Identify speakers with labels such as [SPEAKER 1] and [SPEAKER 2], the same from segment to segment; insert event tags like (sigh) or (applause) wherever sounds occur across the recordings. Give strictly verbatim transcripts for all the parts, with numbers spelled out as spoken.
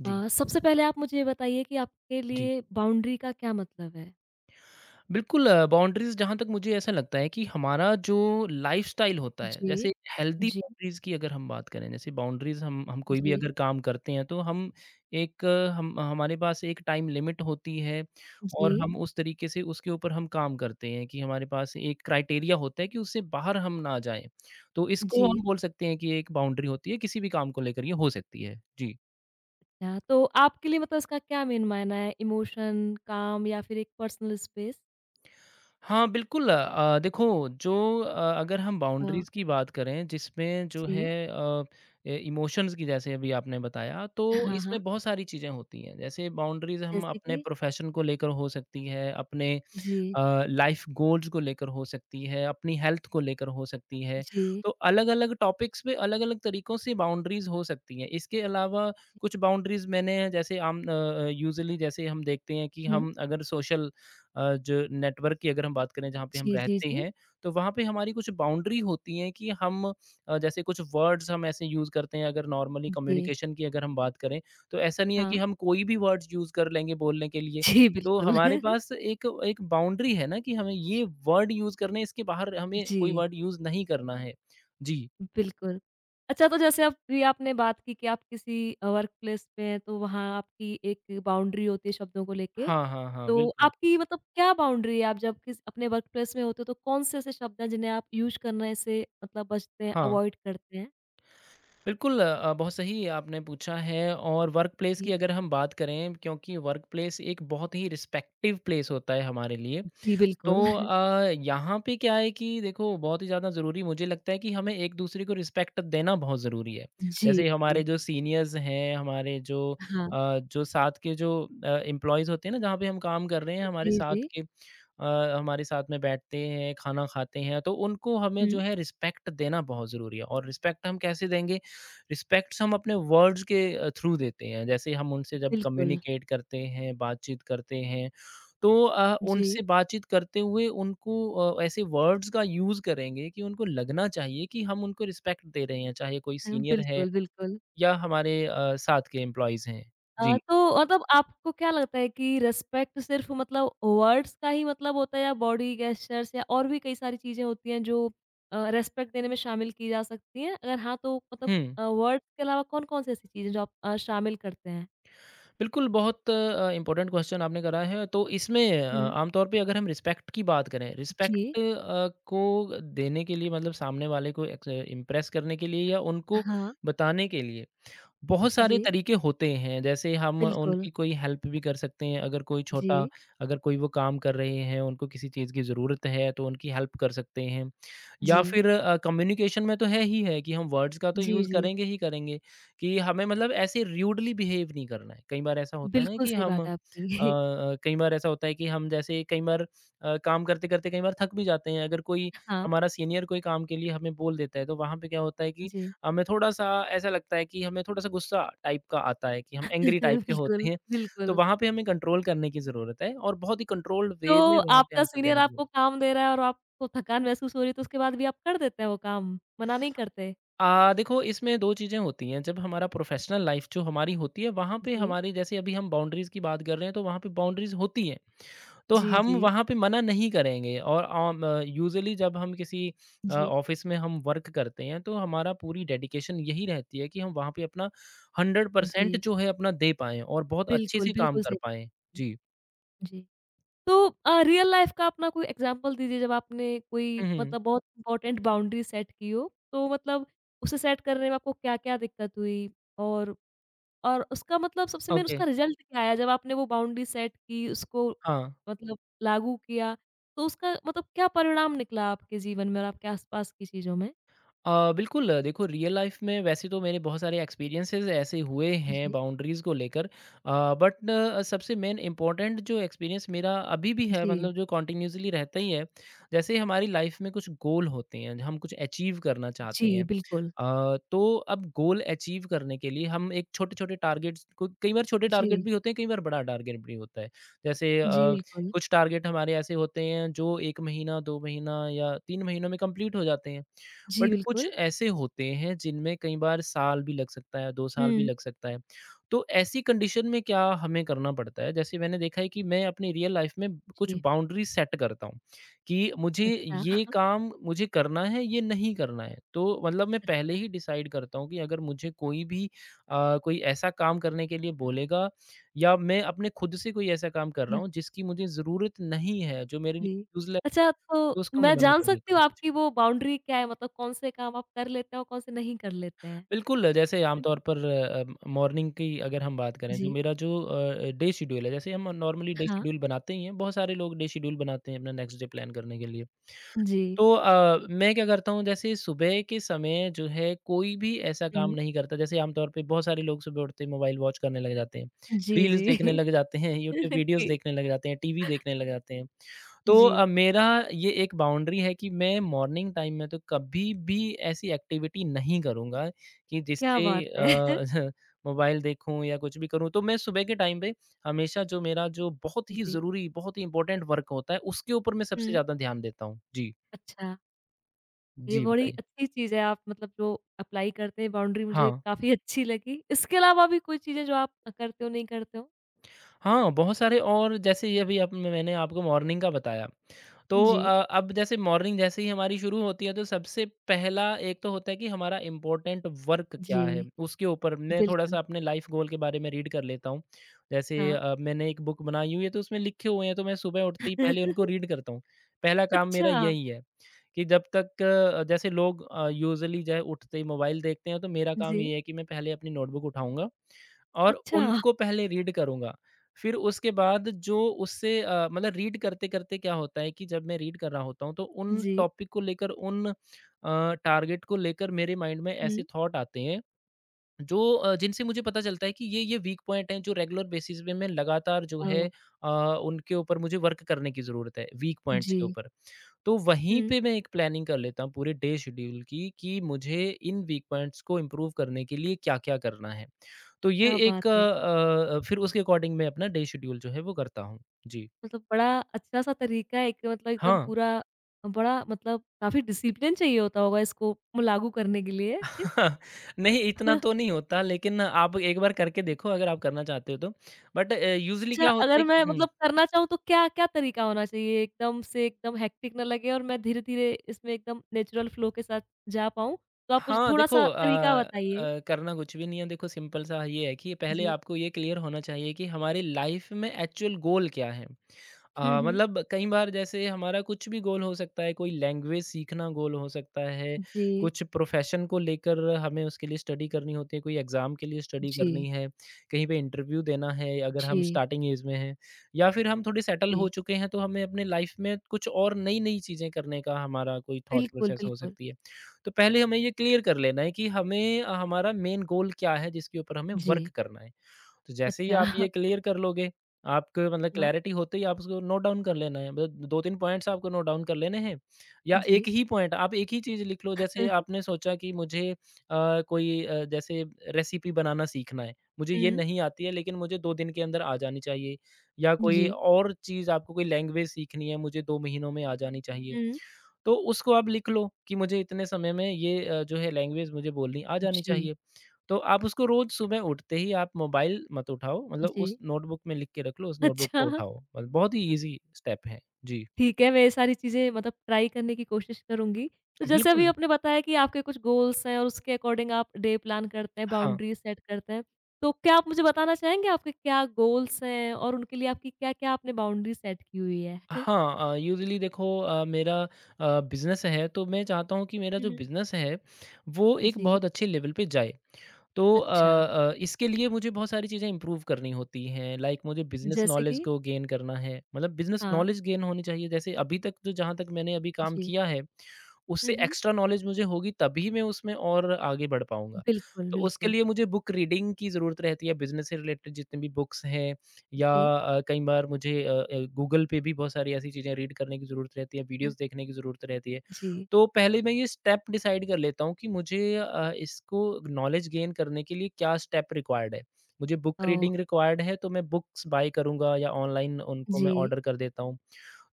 [SPEAKER 1] जी,
[SPEAKER 2] अ, सबसे पहले आप मुझे ये बताइए कि आपके
[SPEAKER 1] जी।
[SPEAKER 2] लिए बाउंड्री का क्या मतलब है?
[SPEAKER 1] बिल्कुल अ, बाउंड्रीज़ जहाँ तक मुझे ऐसा लगता है कि हमारा जो लाइफ़स्टाइल होता है,
[SPEAKER 2] जी।
[SPEAKER 1] जैसे हेल्दी
[SPEAKER 2] जी,
[SPEAKER 1] बाउंड्रीज़ की अगर हम बात करें, जैसे बाउंड्रीज़ हम हम कोई भी
[SPEAKER 2] जी,
[SPEAKER 1] अगर काम करते हैं, तो हम एक अ, हम हमारे पास एक टाइम लिमिट होती है और
[SPEAKER 2] जी,
[SPEAKER 1] हम उस तरीके से उसके ऊपर हम काम करते हैं कि हमारे पास एक क्राइटेरिया होता है कि उससे बाहर हम ना जाएँ। तो इसको
[SPEAKER 2] जी।
[SPEAKER 1] हम बोल सकते हैं कि एक बाउंड्री होती है, किसी भी काम को लेकर ये हो सकती है। जी।
[SPEAKER 2] या तो आपके लिए मतलब इसका क्या मेन मायना है? इमोशन, काम या फिर एक पर्सनल स्पेस?
[SPEAKER 1] हाँ, बिल्कुल अ, देखो जो अ, अगर हम
[SPEAKER 2] अ,
[SPEAKER 1] बाउंड्रीज़ की बात करें जिसमें जो
[SPEAKER 2] जी।
[SPEAKER 1] है अ, ए इमोशंस की जैसे अभी आपने बताया, तो
[SPEAKER 2] हाँ, हाँ।
[SPEAKER 1] इसमें बहुत सारी चीज़ें होती हैं। जैसे बाउंड्रीज़ हम
[SPEAKER 2] जैसे
[SPEAKER 1] अपने
[SPEAKER 2] कि
[SPEAKER 1] प्रोफ़ेशन को लेकर हो सकती है, अपने
[SPEAKER 2] जी,
[SPEAKER 1] अ, लाइफ गोल्स को लेकर हो सकती है, अपनी हेल्थ को लेकर हो सकती है।
[SPEAKER 2] जी,
[SPEAKER 1] तो अलग-अलग टॉपिक्स पे अलग-अलग तरीकों से बाउंड्रीज़ हो सकती हैं। इसके अलावा
[SPEAKER 2] जी।
[SPEAKER 1] कुछ बाउंड्रीज़ मैंने जैसे आम अ अ, यूजुअली जैसे हम देखते हैं कि
[SPEAKER 2] हुँ।
[SPEAKER 1] हम अगर सोशल अ, जो नेटवर्क की अगर हम बात करें जहाँ पे हम
[SPEAKER 2] जी, जी,
[SPEAKER 1] रहते
[SPEAKER 2] जी।
[SPEAKER 1] हैं, तो वहाँ पे हमारी कुछ बाउंड्री होती है कि हम अ, जैसे कुछ वर्ड्स हम ऐसे यूज़ करते हैं अगर नॉर्मली
[SPEAKER 2] जी।
[SPEAKER 1] कम्युनिकेशन की अगर हम बात करें, तो ऐसा नहीं है
[SPEAKER 2] हाँ।
[SPEAKER 1] कि हम कोई भी वर्ड्स यूज़ कर लेंगे बोलने के
[SPEAKER 2] (laughs)
[SPEAKER 1] लिए।
[SPEAKER 2] जी,
[SPEAKER 1] तो
[SPEAKER 2] बिल्कुल।
[SPEAKER 1] हमारे
[SPEAKER 2] (laughs)
[SPEAKER 1] पास एक एक बाउंड्री है ना कि हमें ये वर्ड यूज़ करने हैं, इसके बाहर हमें कोई
[SPEAKER 2] जी।
[SPEAKER 1] वर्ड यूज़ नहीं करना है। जी।
[SPEAKER 2] बिल्कुल। अच्छा तो जैसे अभी आपने बात की कि आप किसी अ, वर्क प्लेस पे हैं तो वहाँ आपकी एक बाउंड्री होती है शब्दों को लेके।
[SPEAKER 1] हाँ, हाँ, हाँ,
[SPEAKER 2] तो
[SPEAKER 1] बिल्कुल।
[SPEAKER 2] आपकी मतलब क्या बाउंड्री है आप जब किस अपने वर्क प्लेस में होते हो तो कौन-से ऐसे शब्द हैं जिन्हें आप यूज़ करने से मतलब बचते हैं,
[SPEAKER 1] हाँ,
[SPEAKER 2] अवॉइड करते हैं?
[SPEAKER 1] बिल्कुल अ, बहुत सही आपने पूछा है और वर्क प्लेस
[SPEAKER 2] जी।
[SPEAKER 1] की अगर हम बात करें क्योंकि वर्क प्लेस एक बहुत ही रिस्पेक्टिव प्लेस होता है हमारे लिए।
[SPEAKER 2] जी,
[SPEAKER 1] तो
[SPEAKER 2] बिल्कुल। (laughs)
[SPEAKER 1] अ, यहाँ पे क्या है कि देखो बहुत ही ज़्यादा ज़रूरी मुझे लगता है कि हमें एक-दूसरे को रिस्पेक्ट देना बहुत ज़रूरी है।
[SPEAKER 2] जी,
[SPEAKER 1] जैसे हमारे
[SPEAKER 2] जी।
[SPEAKER 1] जो सीनियर्स हैं, हमारे जो
[SPEAKER 2] हाँ।
[SPEAKER 1] अ, जो साथ के जो अ, एम्प्लॉइज़ होते हैं ना, जहाँ पे हम काम कर रहे हैं, हमारे
[SPEAKER 2] जी,
[SPEAKER 1] साथ
[SPEAKER 2] जी।
[SPEAKER 1] के अ, हमारे साथ में बैठते हैं, खाना खाते हैं, तो उनको हमें
[SPEAKER 2] हुँ।
[SPEAKER 1] जो है रिस्पेक्ट देना बहुत ज़रूरी है और रिस्पेक्ट हम कैसे देंगे? रिस्पेक्ट्स हम अपने वर्ड्स के अ, थ्रू देते हैं। जैसे हम उनसे जब
[SPEAKER 2] बिल्कुल।
[SPEAKER 1] कम्युनिकेट करते हैं, बातचीत करते हैं, तो अ,
[SPEAKER 2] जी।
[SPEAKER 1] उनसे बातचीत करते हुए उनको अ, ऐसे वर्ड्स का यूज़ करेंगे कि उनको लगना चाहिए कि हम उनको रिस्पेक्ट दे रहे हैं, चाहे कोई
[SPEAKER 2] अ,
[SPEAKER 1] सीनियर है
[SPEAKER 2] बिल्कुल, बिल्कुल।
[SPEAKER 1] या हमारे अ, साथ के एम्प्लॉइज़ हैं।
[SPEAKER 2] अ,
[SPEAKER 1] जी।
[SPEAKER 2] तो मतलब आपको क्या लगता है कि रिस्पेक्ट सिर्फ मतलब वर्ड्स का ही मतलब होता है या बॉडी गेस्चर्स या और भी कई सारी चीज़ें होती हैं जो अ, रिस्पेक्ट देने में शामिल की जा सकती हैं? अगर हाँ, तो मतलब
[SPEAKER 1] हुँ।
[SPEAKER 2] अ, वर्ड्स के अलावा कौन-कौन सी ऐसी चीज़ें जो आप अ, शामिल करते हैं?
[SPEAKER 1] बिल्कुल, बहुत अ, इम्पोर्टेंट क्वेश्चन आपने करा है। तो इसमें अ,
[SPEAKER 2] हुँ।
[SPEAKER 1] आम तौर पे अगर हम रिस्पेक्ट की बात करें, रिस्पेक्ट
[SPEAKER 2] जी।
[SPEAKER 1] अ, को देने के लिए मतलब सामने वाले को एक इम्प्रेस करने के लिए या उनको
[SPEAKER 2] हाँ।
[SPEAKER 1] बताने के लिए बहुत सारे
[SPEAKER 2] जी,
[SPEAKER 1] तरीके होते हैं, जैसे हम
[SPEAKER 2] बिल्कुल।
[SPEAKER 1] उनकी कोई हेल्प भी कर सकते हैं, अगर कोई छोटा
[SPEAKER 2] जी,
[SPEAKER 1] अगर कोई वो काम कर रहे हैं, उनको किसी चीज़ की ज़रूरत है, तो उनकी हेल्प कर सकते हैं। या
[SPEAKER 2] जी।
[SPEAKER 1] फिर अ, कम्युनिकेशन में तो है ही है कि हम वर्ड्स का तो
[SPEAKER 2] जी,
[SPEAKER 1] यूज़
[SPEAKER 2] जी।
[SPEAKER 1] करेंगे ही करेंगे, कि हमें मतलब ऐसे र्यूडली बिहेव नहीं करना है। कई बार ऐसा होता है ना
[SPEAKER 2] बिल्कुल
[SPEAKER 1] कि
[SPEAKER 2] सही
[SPEAKER 1] हम
[SPEAKER 2] बात
[SPEAKER 1] अ
[SPEAKER 2] है आपकी। (laughs)
[SPEAKER 1] अ, कई बार ऐसा होता है कि हम जैसे कई बार अ, काम करते-करते कई बार थक भी जाते हैं, अगर कोई
[SPEAKER 2] हाँ,
[SPEAKER 1] हमारा सीनियर कोई काम के लिए हमें बोल देता है, तो वहाँ पे क्या होता है कि
[SPEAKER 2] जी।
[SPEAKER 1] हमें थोड़ा-सा ऐसा लगता है कि हमें थोड़ा-सा गुस्सा टाइप का आता है कि हम एंग्री टाइप
[SPEAKER 2] (laughs)
[SPEAKER 1] के होते
[SPEAKER 2] बिल्कुल,
[SPEAKER 1] हैं, तो
[SPEAKER 2] बिल्कुल।
[SPEAKER 1] वहाँ पे हमें कंट्रोल करने की ज़रूरत है और बहुत ही कंट्रोल्ड
[SPEAKER 2] तो
[SPEAKER 1] वे में वहाँ पे
[SPEAKER 2] आपका
[SPEAKER 1] आंसर
[SPEAKER 2] सीनियर
[SPEAKER 1] देने की
[SPEAKER 2] आपको
[SPEAKER 1] ज़रूरत है।
[SPEAKER 2] काम दे रहा है और आपको थकान महसूस हो रही है, तो उसके बाद भी आप कर देते हैं वो काम, मना नहीं करते?
[SPEAKER 1] अ, देखो इसमें दो चीज़ें होती हैं, जब हमारा प्रोफ़ेशनल लाइफ़ जो हमारी होती है, वहाँ पे
[SPEAKER 2] जी।
[SPEAKER 1] हमारी जैसे अभी हम बाउंड्रीज़ की बात कर रहे हैं, तो वहाँ पे बाउंड्रीज़ होती हैं। तो
[SPEAKER 2] जी,
[SPEAKER 1] हम
[SPEAKER 2] जी।
[SPEAKER 1] वहाँ पे मना नहीं करेंगे और अम, यूजुअली जब हम किसी अ,
[SPEAKER 2] जी,
[SPEAKER 1] ऑफ़िस में हम वर्क करते हैं तो हमारा पूरी डेडिकेशन यही रहती है कि हम वहाँ पे अपना हंड्रेड परसेंट
[SPEAKER 2] जी।
[SPEAKER 1] जो है अपना दे पाएँ और बहुत अच्छे
[SPEAKER 2] बिल्कुल,
[SPEAKER 1] से काम
[SPEAKER 2] बिल्कुल
[SPEAKER 1] कर
[SPEAKER 2] सही
[SPEAKER 1] पाएँ।
[SPEAKER 2] जी,
[SPEAKER 1] जी।
[SPEAKER 2] जी। तो अ, रियल लाइफ़ का अपना कोई एग्ज़ाम्पल दीजिए जब आपने कोई
[SPEAKER 1] हुँ, हुँ।
[SPEAKER 2] मतलब बहुत इम्पोर्टेंट बाउंड्री सेट की हो, तो मतलब उसे सेट करने में आपको क्या-क्या दिक्कत हुई? और और उसका मतलब सबसे मेन
[SPEAKER 1] ओके।
[SPEAKER 2] उसका रिज़ल्ट क्या आया जब आपने वो बाउंड्री सेट की, उसको
[SPEAKER 1] हाँ।
[SPEAKER 2] मतलब लागू किया, तो उसका मतलब क्या परिणाम निकला आपके जीवन में और आपके आस-पास की चीज़ों में?
[SPEAKER 1] अ, बिल्कुल अ, देखो रियल लाइफ में वैसे तो मेरे बहुत सारे एक्सपीरियंसेस ऐसे हुए हैं
[SPEAKER 2] जी,
[SPEAKER 1] बाउंड्रीज़ को लेकर बट सबसे मेन इम्पोर्टेंट जो एक्सपीरियंस मेरा अभी भी है
[SPEAKER 2] जी,
[SPEAKER 1] मतलब जो कॉन्टिन्यूसली रहता ही है जैसे हमारी लाइफ में कुछ गोल होते हैं हम कुछ अचीव करना
[SPEAKER 2] जी,
[SPEAKER 1] चाहते हैं।
[SPEAKER 2] बिल्कुल।
[SPEAKER 1] अ, तो अब गोल अचीव करने के लिए हम एक छोटे छोटे टारगेट्स को कई बार छोटे टारगेट
[SPEAKER 2] जी,
[SPEAKER 1] भी होते हैं कई बार बड़ा टारगेट भी होता है जैसे
[SPEAKER 2] जी,
[SPEAKER 1] अ,
[SPEAKER 2] बिल्कुल।
[SPEAKER 1] कुछ टारगेट हमारे ऐसे होते हैं जो एक महीना दो महीना या तीन महीनों में कंप्लीट हो जाते हैं
[SPEAKER 2] जी,
[SPEAKER 1] बट कुछ
[SPEAKER 2] बिल्कुल।
[SPEAKER 1] ऐसे होते हैं जिनमें कई बार साल भी लग सकता है दो साल भी
[SPEAKER 2] हुँ।
[SPEAKER 1] लग सकता है। तो ऐसी कंडीशन में क्या हमें करना पड़ता है? जैसे मैंने देखा है कि मैं अपनी रियल लाइफ़ में कुछ
[SPEAKER 2] जी,
[SPEAKER 1] बाउंड्री सेट करता हूँ कि मुझे ये
[SPEAKER 2] अच्छा।
[SPEAKER 1] काम मुझे करना है, ये नहीं करना है। तो मतलब मैं पहले ही
[SPEAKER 2] (laughs)
[SPEAKER 1] डिसाइड करता हूँ कि अगर मुझे कोई भी अ, कोई ऐसा काम करने के लिए बोलेगा या मैं अपने खुद से कोई ऐसा काम कर रहा हूँ जिसकी मुझे ज़रूरत नहीं है, जो मेरे लिए
[SPEAKER 2] जी।
[SPEAKER 1] यूज़लेस है,
[SPEAKER 2] अच्छा, तो
[SPEAKER 1] तो उसको मैं
[SPEAKER 2] मैं
[SPEAKER 1] मना
[SPEAKER 2] जान
[SPEAKER 1] कर
[SPEAKER 2] सकती
[SPEAKER 1] देता
[SPEAKER 2] हूँ
[SPEAKER 1] हूँ।
[SPEAKER 2] आपकी वो बाउंड्री क्या है? मतलब कौन से काम आप कर लेते हैं और कौन से नहीं कर लेते हैं?
[SPEAKER 1] बिल्कुल, जैसे आमतौर पर अ, मॉर्निंग की अगर हम बात करें, जो
[SPEAKER 2] जी,
[SPEAKER 1] मेरा जो अ, डे शेड्यूल है, जैसे हम नॉर्मली डे
[SPEAKER 2] हाँ,
[SPEAKER 1] शेड्यूल बनाते ही हैं, बहुत सारे लोग डे शेड्यूल बनाते हैं अपना नेक्स्ट डे प्लान करने के लिए।
[SPEAKER 2] जी।
[SPEAKER 1] तो अ, मैं क्या करता हूँ, जैसे सुबह के समय जो है कोई भी ऐसा काम
[SPEAKER 2] हुँ।
[SPEAKER 1] नहीं करता, जैसे आमतौर पे बहुत सारे लोग सुबह उठते ही मोबाइल वॉच करने लग जाते हैं,
[SPEAKER 2] जी,
[SPEAKER 1] रील्स देखने
[SPEAKER 2] जी।
[SPEAKER 1] लग जाते हैं, यूट्यूब
[SPEAKER 2] (laughs)
[SPEAKER 1] वीडियोज़
[SPEAKER 2] जी,
[SPEAKER 1] देखने लग जाते हैं, टीवी देखने लग जाते हैं। तो
[SPEAKER 2] जी।
[SPEAKER 1] अ, मेरा ये एक बाउंड्री है कि मैं मॉर्निंग टाइम में तो कभी भी ऐसी एक्टिविटी नहीं करूँगा कि
[SPEAKER 2] क्या
[SPEAKER 1] जिससे
[SPEAKER 2] बात है! (laughs)
[SPEAKER 1] अ, (laughs) मोबाइल देखूँ या कुछ भी करूँ। तो मैं सुबह के टाइम पे हमेशा जो मेरा जो बहुत ही
[SPEAKER 2] जी।
[SPEAKER 1] ज़रूरी, बहुत ही इम्पोर्टेंट वर्क होता है उसके ऊपर मैं सबसे
[SPEAKER 2] हुँ,
[SPEAKER 1] ज़्यादा ध्यान देता हूँ। जी।
[SPEAKER 2] अच्छा, ये
[SPEAKER 1] जी,
[SPEAKER 2] बड़ी
[SPEAKER 1] बताइए।
[SPEAKER 2] अच्छी चीज़ है आप मतलब जो अप्लाई करते हैं बाउंड्री मुझे
[SPEAKER 1] हाँ।
[SPEAKER 2] काफ़ी (laughs) अच्छी लगी। इसके अलावा भी कोई चीज़ें जो आप करते हो, नहीं करते हो?
[SPEAKER 1] हाँ, बहुत सारे और जैसे ये अभी आप मैंने आपको मॉर्निंग का बताया। तो
[SPEAKER 2] जी,
[SPEAKER 1] अ, अब जैसे मॉर्निंग जैसे ही हमारी शुरू होती है तो सबसे पहला एक तो होता है कि हमारा इम्पोर्टेंट वर्क क्या है?
[SPEAKER 2] जी,
[SPEAKER 1] उसके ऊपर मैं
[SPEAKER 2] बिल्कुल।
[SPEAKER 1] थोड़ा-सा अपने लाइफ़ गोल के बारे में रीड कर लेता हूँ। जैसे
[SPEAKER 2] हाँ।
[SPEAKER 1] अ, मैंने एक बुक बनाई हुई है तो उसमें लिखे हुए हैं तो मैं सुबह उठते ही पहले उनको
[SPEAKER 2] (laughs)
[SPEAKER 1] रीड करता हूँ। पहला काम मेरा
[SPEAKER 2] अच्छा!
[SPEAKER 1] यही है कि जब तक अ, जैसे लोग अ, यूजुअली जो है उठते ही मोबाइल देखते हैं तो मेरा काम
[SPEAKER 2] जी।
[SPEAKER 1] ये है कि मैं पहले अपनी नोटबुक उठाऊँगा और
[SPEAKER 2] अच्छा!
[SPEAKER 1] उनको पहले रीड करूँगा। फिर उसके बाद जो उससे अ, मतलब रीड करते-करते क्या होता है कि जब मैं रीड कर रहा होता हूँ तो उन
[SPEAKER 2] जी।
[SPEAKER 1] टॉपिक को लेकर उन अ, टारगेट को लेकर मेरे माइंड में
[SPEAKER 2] हुँ।
[SPEAKER 1] ऐसे थॉट आते हैं जो अ, जिनसे मुझे पता चलता है कि ये, ये वीक पॉइंट हैं जो रेगुलर बेसिस पे मैं लगातार जो
[SPEAKER 2] ओह!
[SPEAKER 1] है अ, उनके ऊपर मुझे वर्क करने की ज़रूरत है, वीक पॉइंट्स
[SPEAKER 2] जी।
[SPEAKER 1] के ऊपर। तो वहीं
[SPEAKER 2] हुँ,
[SPEAKER 1] पे मैं एक प्लानिंग कर लेता हूँ पूरे डे शेड्यूल की कि मुझे इन वीक पॉइंट्स को इम्प्रूव करने के लिए क्या-क्या करना है। तो ये
[SPEAKER 2] क्या बात
[SPEAKER 1] एक अ
[SPEAKER 2] है!
[SPEAKER 1] अ, फिर उसके अकॉर्डिंग मैं अपना डे शेड्यूल जो है वो करता हूँ। जी।
[SPEAKER 2] मतलब बड़ा अच्छा-सा तरीका है कि मतलब एकदम
[SPEAKER 1] हाँ।
[SPEAKER 2] पूरा बड़ा मतलब काफ़ी डिसिप्लिन चाहिए होता होगा इसको लागू करने के लिए।
[SPEAKER 1] (laughs) नहीं इतना तो
[SPEAKER 2] (laughs)
[SPEAKER 1] नहीं होता लेकिन आप एक बार करके देखो अगर आप करना चाहते हो तो। बट अ, यूज़ुअली
[SPEAKER 2] अच्छा,
[SPEAKER 1] क्या होता
[SPEAKER 2] अगर
[SPEAKER 1] है
[SPEAKER 2] मैं
[SPEAKER 1] हुँ।
[SPEAKER 2] मतलब करना चाहूँ तो क्या-क्या तरीका होना चाहिए एकदम से एकदम हेक्टिक ना लगे और मैं धीरे-धीरे इसमें एकदम नेचुरल फ्लो के साथ जा पाऊँ? तो आप मुझे
[SPEAKER 1] हाँ, देखो
[SPEAKER 2] थोड़ा-सा तरीका
[SPEAKER 1] अ
[SPEAKER 2] बताइए?
[SPEAKER 1] अ, करना कुछ भी नहीं है। देखो सिंपल सा ये है कि पहले
[SPEAKER 2] जी।
[SPEAKER 1] आपको ये क्लियर होना चाहिए कि हमारी लाइफ़ में एक्चुअल गोल क्या है?
[SPEAKER 2] हुँ,
[SPEAKER 1] अ,
[SPEAKER 2] हुँ।
[SPEAKER 1] मतलब कई बार जैसे हमारा कुछ भी गोल हो सकता है, कोई लैंग्वेज सीखना गोल हो सकता है,
[SPEAKER 2] जी,
[SPEAKER 1] कुछ प्रोफ़ेशन को लेकर हमें उसके लिए स्टडी करनी होती है, कोई एग्ज़ाम के लिए स्टडी करनी
[SPEAKER 2] जी,
[SPEAKER 1] है, कहीं पे इंटरव्यू देना है अगर हम
[SPEAKER 2] जी,
[SPEAKER 1] स्टार्टिंग ऐज में हैं या फिर हम थोड़े सेटल
[SPEAKER 2] जी।
[SPEAKER 1] हो चुके हैं, तो हमें अपने लाइफ़ में कुछ और नई-नई चीज़ें करने का हमारा कोई थॉट
[SPEAKER 2] बिल्कुल,
[SPEAKER 1] प्रोसेस हो
[SPEAKER 2] बिल्कुल।
[SPEAKER 1] सकती है। तो पहले हमें ये क्लियर कर लेना है कि हमें अ, हमारा मेन गोल क्या है जिसके ऊपर हमें
[SPEAKER 2] जी।
[SPEAKER 1] वर्क करना है। तो जैसे ही
[SPEAKER 2] अच्छा।
[SPEAKER 1] आप ये
[SPEAKER 2] (laughs)
[SPEAKER 1] क्लियर कर लोगे, आपको मतलब
[SPEAKER 2] हाँ।
[SPEAKER 1] क्लैरिटी होते ही आप उसको नोट डाउन कर लेना है। मतलब दो तीन पॉइंट्स आपको नोट डाउन कर लेने हैं या
[SPEAKER 2] जी।
[SPEAKER 1] एक ही पॉइंट आप एक ही चीज़ लिख लो। जैसे
[SPEAKER 2] (laughs)
[SPEAKER 1] आपने सोचा कि मुझे अ, कोई अ, जैसे रेसिपी बनाना सीखना है, मुझे ये
[SPEAKER 2] हुँ।
[SPEAKER 1] नहीं आती है लेकिन मुझे दो दिन के अंदर आ जानी चाहिए या कोई
[SPEAKER 2] जी।
[SPEAKER 1] और चीज़ आपको कोई लैंग्वेज सीखनी है, मुझे दो महीनों में आ जानी चाहिए।
[SPEAKER 2] हुँ।
[SPEAKER 1] तो उसको आप लिख लो कि मुझे इतने समय में ये अ, जो है लैंग्वेज मुझे बोलनी आ जानी
[SPEAKER 2] जी, जी।
[SPEAKER 1] चाहिए। तो आप उसको रोज़ सुबह उठते ही आप मोबाइल मत उठाओ, मतलब उस
[SPEAKER 2] जी
[SPEAKER 1] नोटबुक में लिख के रख लो, उस नोटबुक
[SPEAKER 2] अच्छा।
[SPEAKER 1] को
[SPEAKER 2] (laughs)
[SPEAKER 1] उठाओ। मतलब बहुत ही ईज़ी स्टेप है। जी।
[SPEAKER 2] ठीक है, मैं ये सारी चीज़ें मतलब ट्राई करने की कोशिश करूँगी। तो जैसे अभी
[SPEAKER 1] बिल्कुल,
[SPEAKER 2] आपने बताया कि आपके कुछ गोल्स हैं और उसके अकॉर्डिंग आप डे प्लान करते हैं,
[SPEAKER 1] हाँ।
[SPEAKER 2] बाउंड्रीज़ सेट करते हैं। तो क्या आप मुझे बताना चाहेंगे आपके क्या गोल्स हैं और उनके लिए आपकी क्या-क्या आपने बाउंड्री सेट की हुई है? (laughs)
[SPEAKER 1] हाँ अ, यूज़ुअली देखो अ, मेरा अ, बिज़नेस है, तो मैं चाहता हूँ कि मेरा
[SPEAKER 2] हुँ,
[SPEAKER 1] जो
[SPEAKER 2] हुँ।
[SPEAKER 1] बिज़नेस है, वो एक
[SPEAKER 2] जी,
[SPEAKER 1] बहुत अच्छे लेवल पे जाए। तो अ
[SPEAKER 2] अच्छा।
[SPEAKER 1] अ, इसके लिए मुझे बहुत सारी चीज़ें इम्प्रूव करनी होती हैं लाइक मुझे बिज़नेस
[SPEAKER 2] जैसे
[SPEAKER 1] नॉलेज
[SPEAKER 2] कि
[SPEAKER 1] को गेन करना है मतलब बिज़नेस
[SPEAKER 2] हाँ,
[SPEAKER 1] नॉलेज गेन होनी चाहिए जैसे अभी तक जो जहाँ तक मैंने अभी काम
[SPEAKER 2] जी।
[SPEAKER 1] किया है,
[SPEAKER 2] हुँ,
[SPEAKER 1] उससे
[SPEAKER 2] हुँ।
[SPEAKER 1] एक्स्ट्रा नॉलेज मुझे होगी तभी मैं उसमें और आगे बढ़ पाऊँगा।
[SPEAKER 2] बिल्कुल,
[SPEAKER 1] तो उसके
[SPEAKER 2] बिल्कुल।
[SPEAKER 1] लिए मुझे बुक रीडिंग की ज़रूरत रहती है बिज़नेस से रिलेटेड जितनी भी बुक्स हैं या
[SPEAKER 2] जी,
[SPEAKER 1] अ, कई बार मुझे अ अ, गूगल पे भी बहुत सारी ऐसी चीज़ें रीड करने की ज़रूरत रहती है,
[SPEAKER 2] हाँ,
[SPEAKER 1] वीडियोज़ देखने की ज़रूरत रहती है।
[SPEAKER 2] जी।
[SPEAKER 1] तो पहले मैं ये स्टेप डिसाइड कर लेता हूँ कि मुझे अ, इसको नॉलेज गेन करने के लिए क्या स्टेप रिक्वायर्ड है। मुझे बुक
[SPEAKER 2] ओह!
[SPEAKER 1] रीडिंग रिक्वायर्ड है तो मैं बुक्स बाय करूँगा या ऑनलाइन उनको मैं
[SPEAKER 2] जी,
[SPEAKER 1] ऑर्डर कर देता हूँ।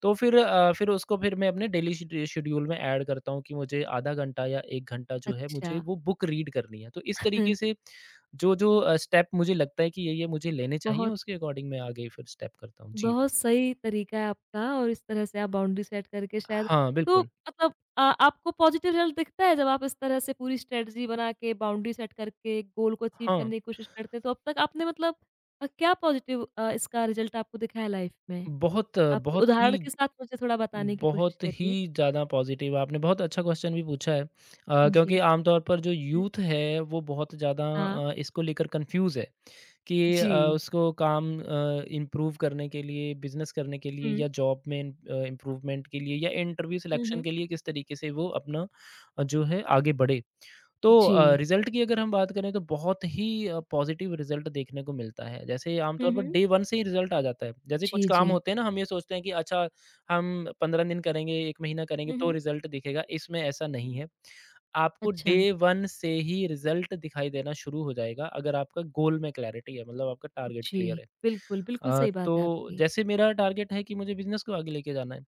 [SPEAKER 1] तो फिर अ, फिर उसको फिर मैं अपने डेली शेड शेड्यूल में ऐड करता हूँ कि मुझे आधा घंटा या एक घंटा जो है
[SPEAKER 2] अच्छा।
[SPEAKER 1] मुझे वो बुक रीड करनी है। तो इस तरीके
[SPEAKER 2] (laughs)
[SPEAKER 1] से जो-जो अ, स्टेप मुझे लगता है कि ये-ये मुझे लेने चाहिए
[SPEAKER 2] बहुत
[SPEAKER 1] उसके अकॉर्डिंग मैं आगे फिर स्टेप करता हूँ। जी।
[SPEAKER 2] बहुत सही तरीका है आपका और इस तरह से आप बाउंड्री सेट करके शायद
[SPEAKER 1] हाँ,
[SPEAKER 2] तो
[SPEAKER 1] बिल्कुल।
[SPEAKER 2] मतलब आ, आपको पॉजिटिव रिजल्ट दिखता है जब आप इस तरह से पूरी स्ट्रेटजी बना के बाउंड्री सेट करके गोल को अचीव
[SPEAKER 1] हाँ,
[SPEAKER 2] करने की कोशिश करते हैं तो अब तक आपने मतलब आ, क्या पॉजिटिव आ, इसका रिजल्ट आपको दिखा है लाइफ में
[SPEAKER 1] बहुत
[SPEAKER 2] आप
[SPEAKER 1] बहुत
[SPEAKER 2] उदाहरण
[SPEAKER 1] ही
[SPEAKER 2] के साथ मुझे थोड़ा बताने की कोशिश
[SPEAKER 1] बहुत ही
[SPEAKER 2] करिए
[SPEAKER 1] ज़्यादा पॉज़िटिव आपने बहुत अच्छा क्वेश्चन भी पूछा है अ,
[SPEAKER 2] जी
[SPEAKER 1] क्योंकि आमतौर पर जो
[SPEAKER 2] हम्म,
[SPEAKER 1] यूथ है वो बहुत ज़्यादा
[SPEAKER 2] हाँ
[SPEAKER 1] अ, इसको लेकर कन्फ्यूज़ है कि अ,
[SPEAKER 2] जी
[SPEAKER 1] उसको काम अ, इम्प्रूव करने के लिए, बिज़नेस करने के लिए
[SPEAKER 2] हम्म
[SPEAKER 1] या जॉब में इन अ, इम्प्रूवमेंट के लिए या इंटरव्यू सिलेक्शन
[SPEAKER 2] हम्म
[SPEAKER 1] के लिए किस तरीके से वो अपना अ, जो है आगे बढ़े। तो अ,
[SPEAKER 2] जी
[SPEAKER 1] रिज़ल्ट की अगर हम बात करें तो बहुत ही अ, पॉज़िटिव रिज़ल्ट देखने को मिलता है। जैसे आमतौर पर
[SPEAKER 2] हम्म
[SPEAKER 1] डे वन से ही रिज़ल्ट आ जाता है। जैसे कुछ
[SPEAKER 2] जी जी
[SPEAKER 1] काम होते हैं ना हम ये सोचते हैं कि अच्छा हम पंद्रह दिन करेंगे, एक महीना करेंगे तो
[SPEAKER 2] हम्म
[SPEAKER 1] रिज़ल्ट दिखेगा, इसमें ऐसा नहीं है। आपको
[SPEAKER 2] अच्छा
[SPEAKER 1] डे वन से ही रिज़ल्ट दिखाई देना शुरू हो जाएगा अगर आपका गोल में क्लैरिटी है मतलब आपका टारगेट
[SPEAKER 2] जी
[SPEAKER 1] क्लियर है।
[SPEAKER 2] बिल्कुल बिल्कुल
[SPEAKER 1] अ,
[SPEAKER 2] सही बात है
[SPEAKER 1] तो
[SPEAKER 2] आपकी
[SPEAKER 1] जैसे मेरा टारगेट है कि मुझे बिज़नेस को आगे लेके जाना है,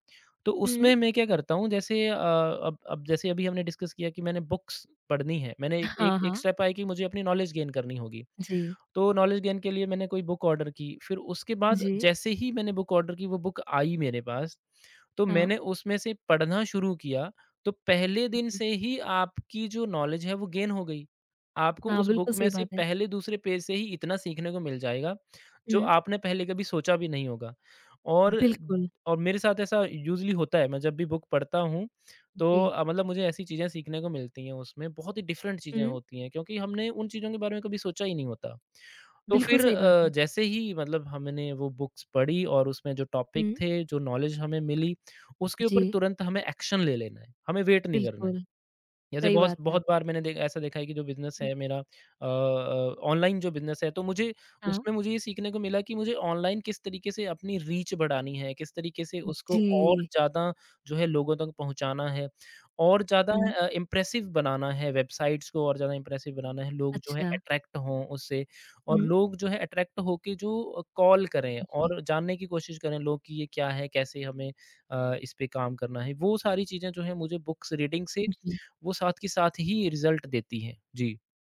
[SPEAKER 1] तो
[SPEAKER 2] हम्म
[SPEAKER 1] उसमें मैं क्या करता हूँ जैसे अ, अब अब जैसे अभी हमने डिस्कस किया कि मैंने बुक्स पढ़नी है, मैंने एक एक
[SPEAKER 2] हाँ
[SPEAKER 1] एक
[SPEAKER 2] हाँ
[SPEAKER 1] स्टेप आया कि मुझे अपनी नॉलेज गेन करनी होगी।
[SPEAKER 2] जी,
[SPEAKER 1] तो नॉलेज गेन के लिए मैंने कोई बुक ऑर्डर की, फिर उसके बाद
[SPEAKER 2] जी।
[SPEAKER 1] जैसे ही मैंने बुक ऑर्डर की वो बुक आई मेरे पास, तो
[SPEAKER 2] हाँ।
[SPEAKER 1] मैंने उसमें से पढ़ना शुरू किया, तो पहले दिन
[SPEAKER 2] जी।
[SPEAKER 1] से ही आपकी जो नॉलेज है वो गेन हो गई। आपको
[SPEAKER 2] हाँ,
[SPEAKER 1] उस
[SPEAKER 2] बिल्कुल
[SPEAKER 1] बुक में
[SPEAKER 2] सही
[SPEAKER 1] से
[SPEAKER 2] बात है।
[SPEAKER 1] पहले दूसरे पेज से ही इतना सीखने को मिल जाएगा जो
[SPEAKER 2] हुँ।
[SPEAKER 1] आपने पहले कभी सोचा भी नहीं होगा। और
[SPEAKER 2] बिल्कुल,
[SPEAKER 1] और मेरे साथ ऐसा यूज़ुअली होता है, मैं जब भी बुक पढ़ता हूँ, तो
[SPEAKER 2] जी।
[SPEAKER 1] अ, मतलब मुझे ऐसी चीज़ें सीखने को मिलती हैं उसमें, बहुत ही डिफरेंट चीज़ें
[SPEAKER 2] हुँ,
[SPEAKER 1] होती हैं क्योंकि हमने उन चीज़ों के बारे में कभी सोचा ही नहीं होता। तो
[SPEAKER 2] बिल्कुल
[SPEAKER 1] फिर
[SPEAKER 2] सही बात
[SPEAKER 1] अ,
[SPEAKER 2] है।
[SPEAKER 1] जैसे ही मतलब हमने वो बुक्स पढ़ी और उसमें जो टॉपिक
[SPEAKER 2] हुँ।
[SPEAKER 1] थे, जो नॉलेज हमें मिली, उसके ऊपर
[SPEAKER 2] जी,
[SPEAKER 1] तुरंत हमें एक्शन ले लेना है, हमें वेट नहीं करना है।
[SPEAKER 2] बिल्कुल।
[SPEAKER 1] जैसे
[SPEAKER 2] सही
[SPEAKER 1] बहुत
[SPEAKER 2] बात है
[SPEAKER 1] बहुत बार मैंने दे ऐसा देखा है कि जो बिज़नेस
[SPEAKER 2] आपकी।
[SPEAKER 1] है मेरा अ अ, ऑनलाइन जो बिज़नेस है, तो मुझे
[SPEAKER 2] हाँ।
[SPEAKER 1] उसमें मुझे ये सीखने को मिला कि मुझे ऑनलाइन किस तरीके से अपनी रीच बढ़ानी है, किस तरीके से उसको और
[SPEAKER 2] जी।
[SPEAKER 1] ज़्यादा जो है लोगों तक पहुँचाना है और ज़्यादा
[SPEAKER 2] हुँ।
[SPEAKER 1] अ, इम्प्रेसिव बनाना है वेबसाइट्स को और ज़्यादा इम्प्रेसिव बनाना है, लोग जो है
[SPEAKER 2] अच्छा।
[SPEAKER 1] अट्रैक्ट हों उससे और
[SPEAKER 2] हुँ।
[SPEAKER 1] लोग जो है अट्रैक्ट होके जो अ, कॉल करें
[SPEAKER 2] जी,
[SPEAKER 1] और जानने की कोशिश करें लोग कि ये क्या है, कैसे हमें अ, इस पे काम करना है। वो सारी चीज़ें जो हैं मुझे बुक्स रीडिंग से
[SPEAKER 2] जी।
[SPEAKER 1] वो साथ के साथ ही रिज़ल्ट देती है। जी।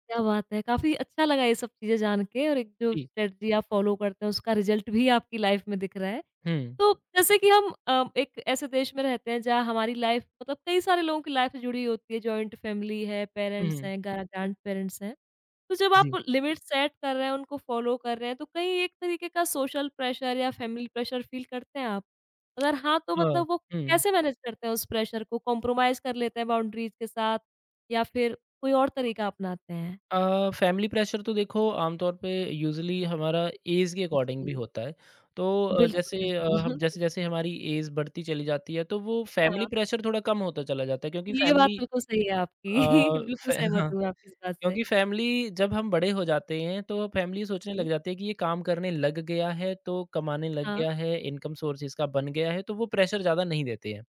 [SPEAKER 2] क्या बात है! काफ़ी अच्छा लगा ये सब चीज़ें जान के और एक जो
[SPEAKER 1] जी।
[SPEAKER 2] स्ट्रैटेजी आप फॉलो करते हैं उसका रिज़ल्ट भी आपकी लाइफ़ में दिख रहा है।
[SPEAKER 1] हुँ।
[SPEAKER 2] तो जैसे कि हम अ, एक ऐसे देश में रहते हैं जहाँ हमारी लाइफ मतलब कई सारे लोगों की लाइफ से जुड़ी होती है, जॉइंट फैमिली है,
[SPEAKER 1] हुँ,
[SPEAKER 2] पेरेंट्स
[SPEAKER 1] हुँ।
[SPEAKER 2] हैं, ग्रा ग्रैंड-पेरेंट्स हैं। तो जब आप
[SPEAKER 1] जी।
[SPEAKER 2] लिमिट सेट कर रहे हैं, उनको फॉलो कर रहे हैं, तो कहीं एक तरीके का सोशल प्रेशर या फैमिली प्रेशर फील करते हैं आप? अगर हाँ, तो
[SPEAKER 1] हाँ।
[SPEAKER 2] मतलब वो
[SPEAKER 1] हुँ।
[SPEAKER 2] कैसे मैनेज करते हैं उस प्रेशर को? कॉम्प्रोमाइज़ कर लेते हैं बाउंड्रीज़ के साथ या फिर कोई और तरीका अपनाते हैं?
[SPEAKER 1] अ, फैमिली प्रेशर तो देखो आमतौर पे यूज़ुअली हमारा ऐज के अकॉर्डिंग भी
[SPEAKER 2] जी,
[SPEAKER 1] होता है। तो अ,
[SPEAKER 2] बिल्कुल,
[SPEAKER 1] जैसे अ,
[SPEAKER 2] बिल्कुल।
[SPEAKER 1] हम
[SPEAKER 2] (laughs)
[SPEAKER 1] जैसे-जैसे हमारी ऐज बढ़ती चली जाती है तो वो फैमिली
[SPEAKER 2] हाँ,
[SPEAKER 1] प्रेशर थोड़ा कम होता चला जाता है क्योंकि
[SPEAKER 2] ये बात
[SPEAKER 1] फैमिली
[SPEAKER 2] बिल्कुल सही है आपकी।
[SPEAKER 1] अ,
[SPEAKER 2] (laughs) बिल्कुल
[SPEAKER 1] फै (laughs)
[SPEAKER 2] सहमत
[SPEAKER 1] हाँ,
[SPEAKER 2] हूँ मैं आपकी इस बात से।
[SPEAKER 1] क्योंकि फैमिली जब हम बड़े हो जाते हैं तो फैमिली सोचने लग
[SPEAKER 2] जी,
[SPEAKER 1] जाती है कि ये काम करने लग गया है तो कमाने लग
[SPEAKER 2] हाँ,
[SPEAKER 1] गया है, इनकम सोर्स इसका बन गया है तो वो प्रेशर ज़्यादा नहीं देते हैं।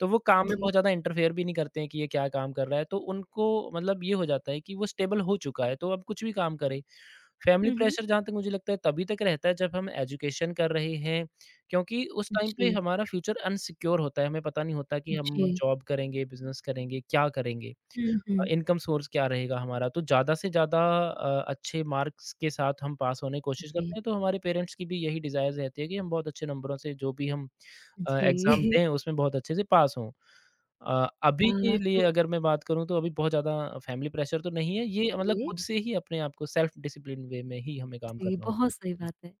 [SPEAKER 1] तो वो काम में
[SPEAKER 2] जी।
[SPEAKER 1] बहुत ज़्यादा इंटरफेयर भी नहीं करते हैं कि ये क्या काम कर रहा है। तो उनको मतलब ये हो जाता है कि वो स्टेबल हो चुका है, तो अब कुछ भी काम करे। फैमिली
[SPEAKER 2] हुँ, हुँ।
[SPEAKER 1] प्रेशर जहाँ तक मुझे लगता है तभी तक रहता है जब हम एजुकेशन कर रहे हैं, क्योंकि उस टाइम पे
[SPEAKER 2] जी,
[SPEAKER 1] हमारा फ्यूचर अनसिक्योर होता है, हमें पता नहीं होता कि हम
[SPEAKER 2] जी।
[SPEAKER 1] जॉब करेंगे, बिज़नेस करेंगे, क्या करेंगे।
[SPEAKER 2] हुँ,
[SPEAKER 1] अ,
[SPEAKER 2] हुँ।
[SPEAKER 1] इनकम सोर्स क्या रहेगा हमारा? तो ज़्यादा से ज़्यादा अ, अच्छे मार्क्स के साथ हम पास होने की कोशिश
[SPEAKER 2] जी,
[SPEAKER 1] करते हैं, तो हमारे पेरेंट्स की भी यही डिज़ायर रहती है कि हम बहुत अच्छे नंबरों से जो भी हम अ, एग्ज़ाम
[SPEAKER 2] जी।
[SPEAKER 1] दें, उसमें बहुत अच्छे से पास हों। अ, अभी
[SPEAKER 2] (laughs)
[SPEAKER 1] के
[SPEAKER 2] अ,
[SPEAKER 1] लिए
[SPEAKER 2] तो
[SPEAKER 1] अगर मैं बात करूँ तो अभी बहुत ज़्यादा फैमिली प्रेशर तो नहीं है, ये मतलब
[SPEAKER 2] जी,
[SPEAKER 1] खुद से ही अपने आप को सेल्फ डिसिप्लिन वे में ही हमें काम
[SPEAKER 2] जी,
[SPEAKER 1] करना होगा।
[SPEAKER 2] बहुत सही बात है।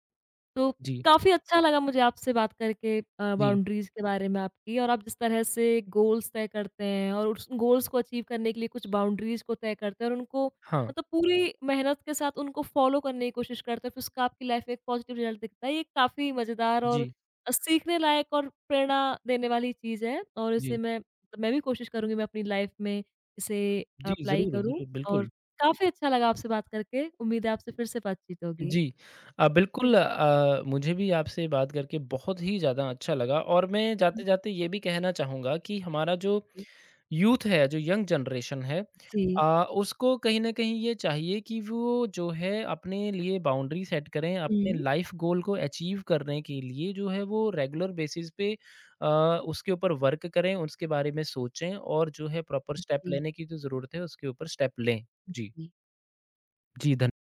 [SPEAKER 2] तो
[SPEAKER 1] जी,
[SPEAKER 2] काफ़ी अच्छा लगा मुझे आपसे बात करके अ,
[SPEAKER 1] जी।
[SPEAKER 2] बाउंड्रीज़ के बारे में आपकी और आप जिस तरह से गोल्स तय करते हैं और उस गोल्स को अचीव करने के लिए कुछ बाउंड्रीज़ को तय करते हैं और उनको
[SPEAKER 1] हाँ।
[SPEAKER 2] मतलब पूरी मेहनत के साथ उनको फॉलो करने की कोशिश करते हैं, फिर उसका आपकी लाइफ में एक पॉजिटिव रिजल्ट दिखता है। ये काफ़ी मज़ेदार और
[SPEAKER 1] जी,
[SPEAKER 2] अ, सीखने लायक और प्रेरणा देने वाली चीज़ है और इसे
[SPEAKER 1] जी।
[SPEAKER 2] मैं मैं भी कोशिश करूँगी मैं अपनी लाइफ में इसे
[SPEAKER 1] जी,
[SPEAKER 2] अप्लाई
[SPEAKER 1] ज़रूर,
[SPEAKER 2] करूँ
[SPEAKER 1] ज़रूर,
[SPEAKER 2] और
[SPEAKER 1] बिल्कुल।
[SPEAKER 2] काफ़ी अच्छा लगा आपसे बात करके। उम्मीद है आपसे फिर से बातचीत होगी।
[SPEAKER 1] जी। अ, बिल्कुल अ, मुझे भी आपसे बात करके बहुत ही ज़्यादा अच्छा लगा और मैं
[SPEAKER 2] (laughs)
[SPEAKER 1] जाते-जाते ये भी कहना चाहूँगा कि हमारा जो यूथ है, जो यंग जनरेशन है
[SPEAKER 2] जी।
[SPEAKER 1] अ, उसको कहीं न कहीं ये चाहिए कि वो जो है अपने लिए बाउंड्री सेट करें, अपने
[SPEAKER 2] हुँ,
[SPEAKER 1] लाइफ़ गोल को अचीव करने के लिए जो है वो रेगुलर बेसिस पे अ, उसके ऊपर वर्क करें, उसके बारे में सोचें और जो है प्रॉपर स्टेप
[SPEAKER 2] जी,
[SPEAKER 1] लेने की जो ज़रूरत है उसके ऊपर स्टेप लें। जी।
[SPEAKER 2] जी।
[SPEAKER 1] जी, धन्य